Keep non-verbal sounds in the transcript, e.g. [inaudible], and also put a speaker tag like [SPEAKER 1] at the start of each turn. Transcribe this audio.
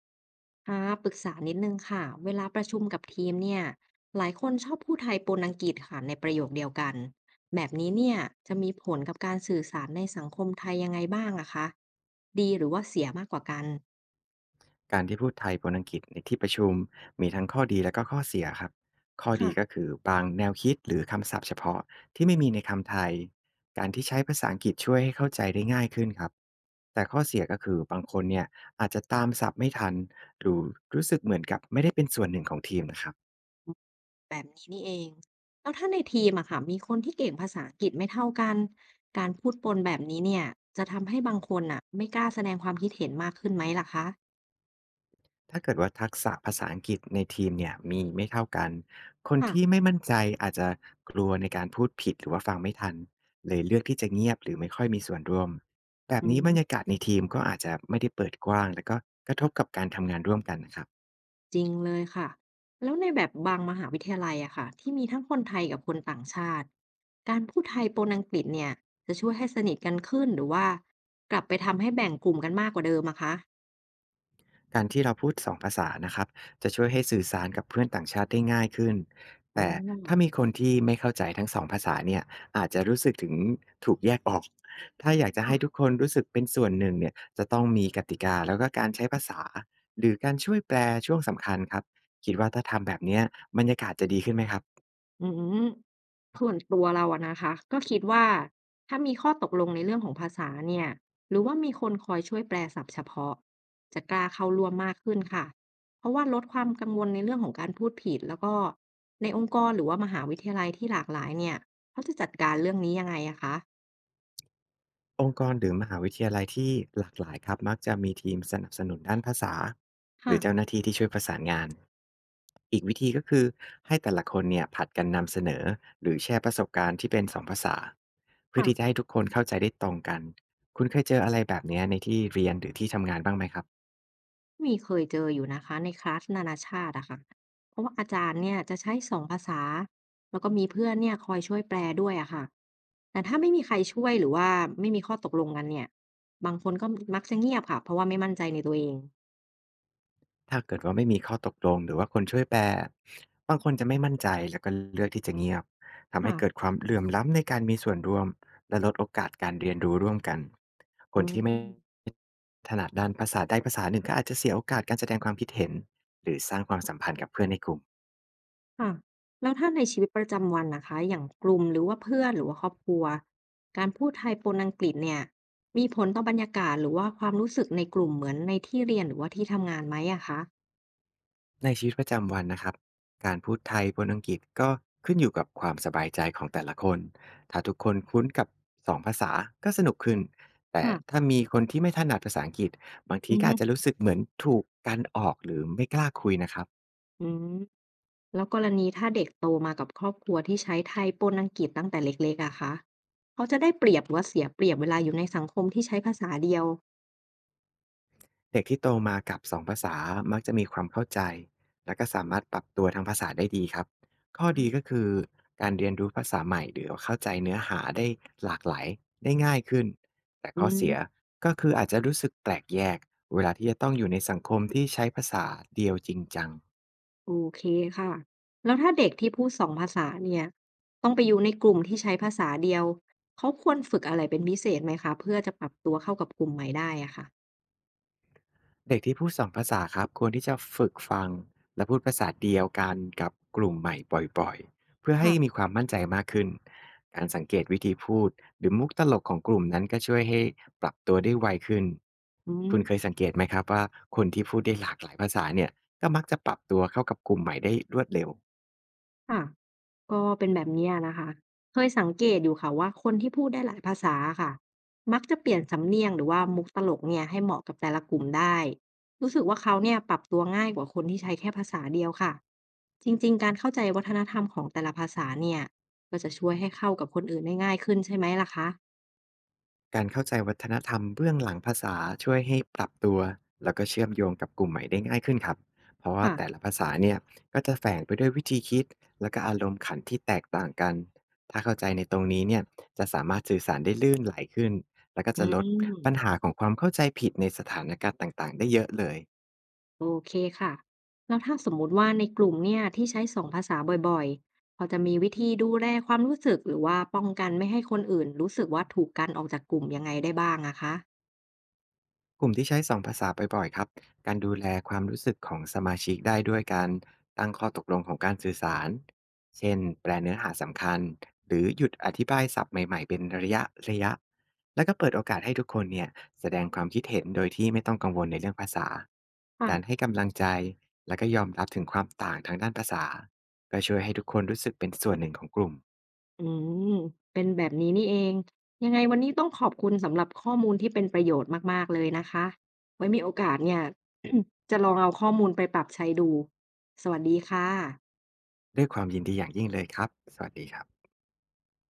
[SPEAKER 1] ค่ะปรึกษานิดนึงค่ะเวลาประชุมกับทีมเนี่ยหลายคนชอบพูดไทยปนอังกฤษค่ะในประโยคเดียวกันแบบนี้เนี่ยจะมีผลกับการสื่อสารในสังคมไทยยังไงบ้างอะคะดีหรือว่าเสียมากกว่ากัน
[SPEAKER 2] การที่พูดไทยปนอังกฤษในที่ประชุมมีทั้งข้อดีและก็ข้อเสียครับข้อดีก็
[SPEAKER 1] ค่ะ
[SPEAKER 2] คือบางแนวคิดหรือคำศัพท์เฉพาะที่ไม่มีในคำไทยการที่ใช้ภาษาอังกฤษช่วยให้เข้าใจได้ง่ายขึ้นครับแต่ข้อเสียก็คือบางคนเนี่ยอาจจะตามศัพท์ไม่ทันหรือรู้สึกเหมือนกับไม่ได้เป็นส่วนหนึ่งของทีมนะครับ
[SPEAKER 1] แบบนี้นี่เองแล้วถ้าในทีมอะค่ะมีคนที่เก่งภาษาอังกฤษไม่เท่ากันการพูดปนแบบนี้เนี่ยจะทำให้บางคนไม่กล้าแสดงความคิดเห็นมากขึ้นไหมล่ะคะ
[SPEAKER 2] ถ้าเกิดว่าทักษะภาษาอังกฤษในทีมเนี่ยมีไม่เท่ากัน คน
[SPEAKER 1] ค่ะ
[SPEAKER 2] ที่ไม่มั่นใจอาจจะกลัวในการพูดผิดหรือว่าฟังไม่ทันเลยเลือกที่จะเงียบหรือไม่ค่อยมีส่วนร่วมแบบ
[SPEAKER 1] อื
[SPEAKER 2] นี้บ
[SPEAKER 1] ม
[SPEAKER 2] รรยากาศในทีมก็อาจจะไม่ได้เปิดกว้างแล้วก็กระทบกับการทำงานร่วมกันนะครับ
[SPEAKER 1] จริงเลยค่ะแล้วในแบบบางมหาวิทยาลัยอะค่ะที่มีทั้งคนไทยกับคนต่างชาติการพูดไทยปนอังกฤษเนี่ยจะช่วยให้สนิทกันขึ้นหรือว่ากลับไปทำให้แบ่งกลุ่มกันมากกว่าเดิมอะคะ
[SPEAKER 2] การที่เราพูด2ภาษานะครับจะช่วยให้สื่อสารกับเพื่อนต่างชาติได้ง่ายขึ้น
[SPEAKER 1] อ๋อ
[SPEAKER 2] แต่ถ้ามีคนที่ไม่เข้าใจทั้ง2ภาษาเนี่ยอาจจะรู้สึกถึงถูกแยกออกถ้าอยากจะ
[SPEAKER 1] ะ
[SPEAKER 2] ให้ทุกคนรู้สึกเป็นส่วนหนึ่งเนี่ยจะต้องมีกติกาแล้วก็การใช้ภาษาหรือการช่วยแปลช่วงสำคัญครับคิดว่าถ้าทำแบบเนี้ยบรรยากาศจะดีขึ้นไหมครับ
[SPEAKER 1] อืมส่วนตัวเราอะนะคะก็คิดว่าถ้ามีข้อตกลงในเรื่องของภาษาเนี่ยหรือว่ามีคนคอยช่วยแปลศัพท์เฉพาะจะกล้าเข้าร่วมมากขึ้นค่ะเพราะว่าลดความกังวลในเรื่องของการพูดผิดแล้วก็ในองค์กรหรือว่ามหาวิทยาลัยที่หลากหลายเนี่ยเขาจะจัดการเรื่องนี้ยังไงอะคะ
[SPEAKER 2] องค์กรหรือมหาวิทยาลัยที่หลากหลายครับมักจะมีทีมสนับสนุนด้านภาษาห
[SPEAKER 1] ค่ะ
[SPEAKER 2] รือเจ้าหน้าที่ที่ช่วยประสานงานอีกวิธีก็คือให้แต่ละคนเนี่ยผลัดกันนำเสนอหรือแชร์ประสบการณ์ที่เป็นสองภาษาเพื่อที่จะ
[SPEAKER 1] ค่ะ
[SPEAKER 2] ให้ทุกคนเข้าใจได้ตรงกันคุณเคยเจออะไรแบบเนี้ยในที่เรียนหรือที่ทำงานบ้างไหมครับ
[SPEAKER 1] มีเคยเจออยู่นะคะในคลาสนานาชาติอะค่ะเพราะว่าอาจารย์เนี่ยจะใช้สองภาษาแล้วก็มีเพื่อนเนี่ยคอยช่วยแปลด้วยอะค่ะแต่ถ้าไม่มีใครช่วยหรือว่าไม่มีข้อตกลงกันเนี่ยบางคนก็มักจะเงียบค่ะเพราะว่าไม่มั่นใจในตัวเอง
[SPEAKER 2] ถ้าเกิดว่าไม่มีข้อตกลงหรือว่าคนช่วยแปลบางคนจะไม่มั่นใจแล้วก็เลือกที่จะเงียบทำ
[SPEAKER 1] ค่ะ
[SPEAKER 2] ให้เกิดความเหลื่อมล้ำในการมีส่วนร่วมและลดโอกาสการเรียนรู้ร่วมกันค
[SPEAKER 1] อื
[SPEAKER 2] นที่ไม่
[SPEAKER 1] ม
[SPEAKER 2] ถนัดด้านภาษาใดภาษาหนึ่งก็อาจจะเสียโอกาสการแสดงความคิดเห็นหรือสร้างความสัมพันธ์กับเพื่อนในกลุ่ม
[SPEAKER 1] ค่ะแล้วถ้าในชีวิตประจำวันนะคะอย่างกลุ่มหรือว่าเพื่อนหรือว่าครอบครัวการพูดไทยปนอังกฤษเนี่ยมีผลต่อบรรยากาศหรือว่าความรู้สึกในกลุ่มเหมือนในที่เรียนหรือว่าที่ทำงานไหมอะคะ
[SPEAKER 2] ในชีวิตประจำวันนะครับการพูดไทยบนอังกฤษก็ขึ้นอยู่กับความสบายใจของแต่ละคนถ้าทุกคนคุ้นกับสองภาษาก็สนุกขึ้นแต่
[SPEAKER 1] ค่ะ
[SPEAKER 2] ถ้ามีคนที่ไม่ถนัดภาษาอังกฤษบาง
[SPEAKER 1] อื
[SPEAKER 2] ที
[SPEAKER 1] มอ
[SPEAKER 2] ก็
[SPEAKER 1] ฮึ
[SPEAKER 2] อาจจะรู้สึกเหมือนถูกกันออกหรือไม่กล้าคุยนะครับ
[SPEAKER 1] อืม แล้วกรณีถ้าเด็กโตมากับครอบครัวที่ใช้ไทยปนอังกฤษตั้งแต่เล็กๆอะคะเขาจะได้เปรียบหรือว่าเสียเปรียบเวลาอยู่ในสังคมที่ใช้ภาษาเดียว
[SPEAKER 2] เด็กที่โตมากับ2ภาษามักจะมีความเข้าใจและก็สามารถปรับตัวทางภาษาได้ดีครับ ข้อดีก็คือการเรียนรู้ภาษาใหม่หรือเข้าใจเนื้อหาได้หลากหลายได้ง่ายขึ้นแต่
[SPEAKER 1] อื
[SPEAKER 2] ข้อ
[SPEAKER 1] ม
[SPEAKER 2] เสียก็คืออาจจะรู้สึกแปลกแยกเวลาที่จะต้องอยู่ในสังคมที่ใช้ภาษาเดียวจริงจัง
[SPEAKER 1] โอเคค่ะแล้วถ้าเด็กที่พูด2ภาษาเนี่ยต้องไปอยู่ในกลุ่มที่ใช้ภาษาเดียวเขาควรฝึกอะไรเป็นพิเศษไหมคะเพื่อจะปรับตัวเข้ากับกลุ่มใหม่ได้อะค่ะ
[SPEAKER 2] เด็กที่พูดสองภาษาครับควรที่จะฝึกฟังและพูดภาษาเดียวกันกับกลุ่มใหม่บ่อยๆเพื่อให้มี
[SPEAKER 1] ค่ะ
[SPEAKER 2] ความมั่นใจมากขึ้นการสังเกตวิธีพูดหรือมุกตลกของกลุ่มนั้นก็ช่วยให้ปรับตัวได้ไวขึ้น
[SPEAKER 1] อืม
[SPEAKER 2] คุณเคยสังเกตไหมครับว่าคนที่พูดได้หลากหลายภาษาเนี่ยก็มักจะปรับตัวเข้ากับกลุ่มใหม่ได้รวดเร็ว
[SPEAKER 1] ค่ะก็เป็นแบบเนี้ยนะคะเคยสังเกตอยู่ค่ะว่าคนที่พูดได้หลายภาษาค่ะมักจะเปลี่ยนสำเนียงหรือว่ามุกตลกเนี่ยให้เหมาะกับแต่ละกลุ่มได้รู้สึกว่าเขาเนี่ยปรับตัวง่ายกว่าคนที่ใช้แค่ภาษาเดียวค่ะจริงๆการเข้าใจวัฒนธรรมของแต่ละภาษาเนี่ยก็จะช่วยให้เข้ากับคนอื่นได้ง่ายขึ้นใช่ไหมล่ะคะ
[SPEAKER 2] การเข้าใจวัฒนธรรมเบื้องหลังภาษาช่วยให้ปรับตัวแล้วก็เชื่อมโยงกับกลุ่มใหม่ได้ง่ายขึ้นครับเพราะว่า
[SPEAKER 1] ค่ะ
[SPEAKER 2] แต่ละภาษาเนี่ยก็จะแฝงไปด้วยวิธีคิดและก็อารมณ์ขันที่แตกต่างกันถ้าเข้าใจในตรงนี้เนี่ยจะสามารถสื่อสารได้ลื่นไหลขึ้นแล้วก็
[SPEAKER 1] อื
[SPEAKER 2] จะลดปัญ
[SPEAKER 1] ม
[SPEAKER 2] หาของความเข้าใจผิดในสถานการณ์ต่างๆได้เยอะเลย
[SPEAKER 1] โอเคค่ะแล้วถ้าสมมุติว่าในกลุ่มเนี่ยที่ใช้สองภาษาบ่อยๆพอจะมีวิธีดูแลความรู้สึกหรือว่าป้องกันไม่ให้คนอื่นรู้สึกว่าถูกกันออกจากกลุ่มยังไงได้บ้างอะคะ
[SPEAKER 2] กลุ่มที่ใช้สองภาษาบ่อยๆครับ การดูแลความรู้สึกของสมาชิกได้ด้วยการตั้งข้อตกลงของการสื่อสาร เช่นแปลเนื้อหาสำคัญ หรือหยุดอธิบายศัพท์ใหม่ๆเป็นระยะๆแล้วก็เปิดโอกาสให้ทุกคนเนี่ยแสดงความคิดเห็นโดยที่ไม่ต้องกังวลในเรื่องภาษา
[SPEAKER 1] ค่ะ
[SPEAKER 2] การให้กำลังใจ และก็ยอมรับถึงความต่างทางด้านภาษาก็ช่วยให้ทุกคนรู้สึกเป็นส่วนหนึ่งของกลุ่ม
[SPEAKER 1] อืมเป็นแบบนี้นี่เองยังไงวันนี้ต้องขอบคุณสำหรับข้อมูลที่เป็นประโยชน์มากๆเลยนะคะไว้มีโอกาสเนี่ย [clears throat] จะลองเอาข้อมูลไปปรับใช้ดูสวัสดีค่ะ
[SPEAKER 2] ด้วยความยินดีอย่างยิ่งเลยครับสวัสดีครับ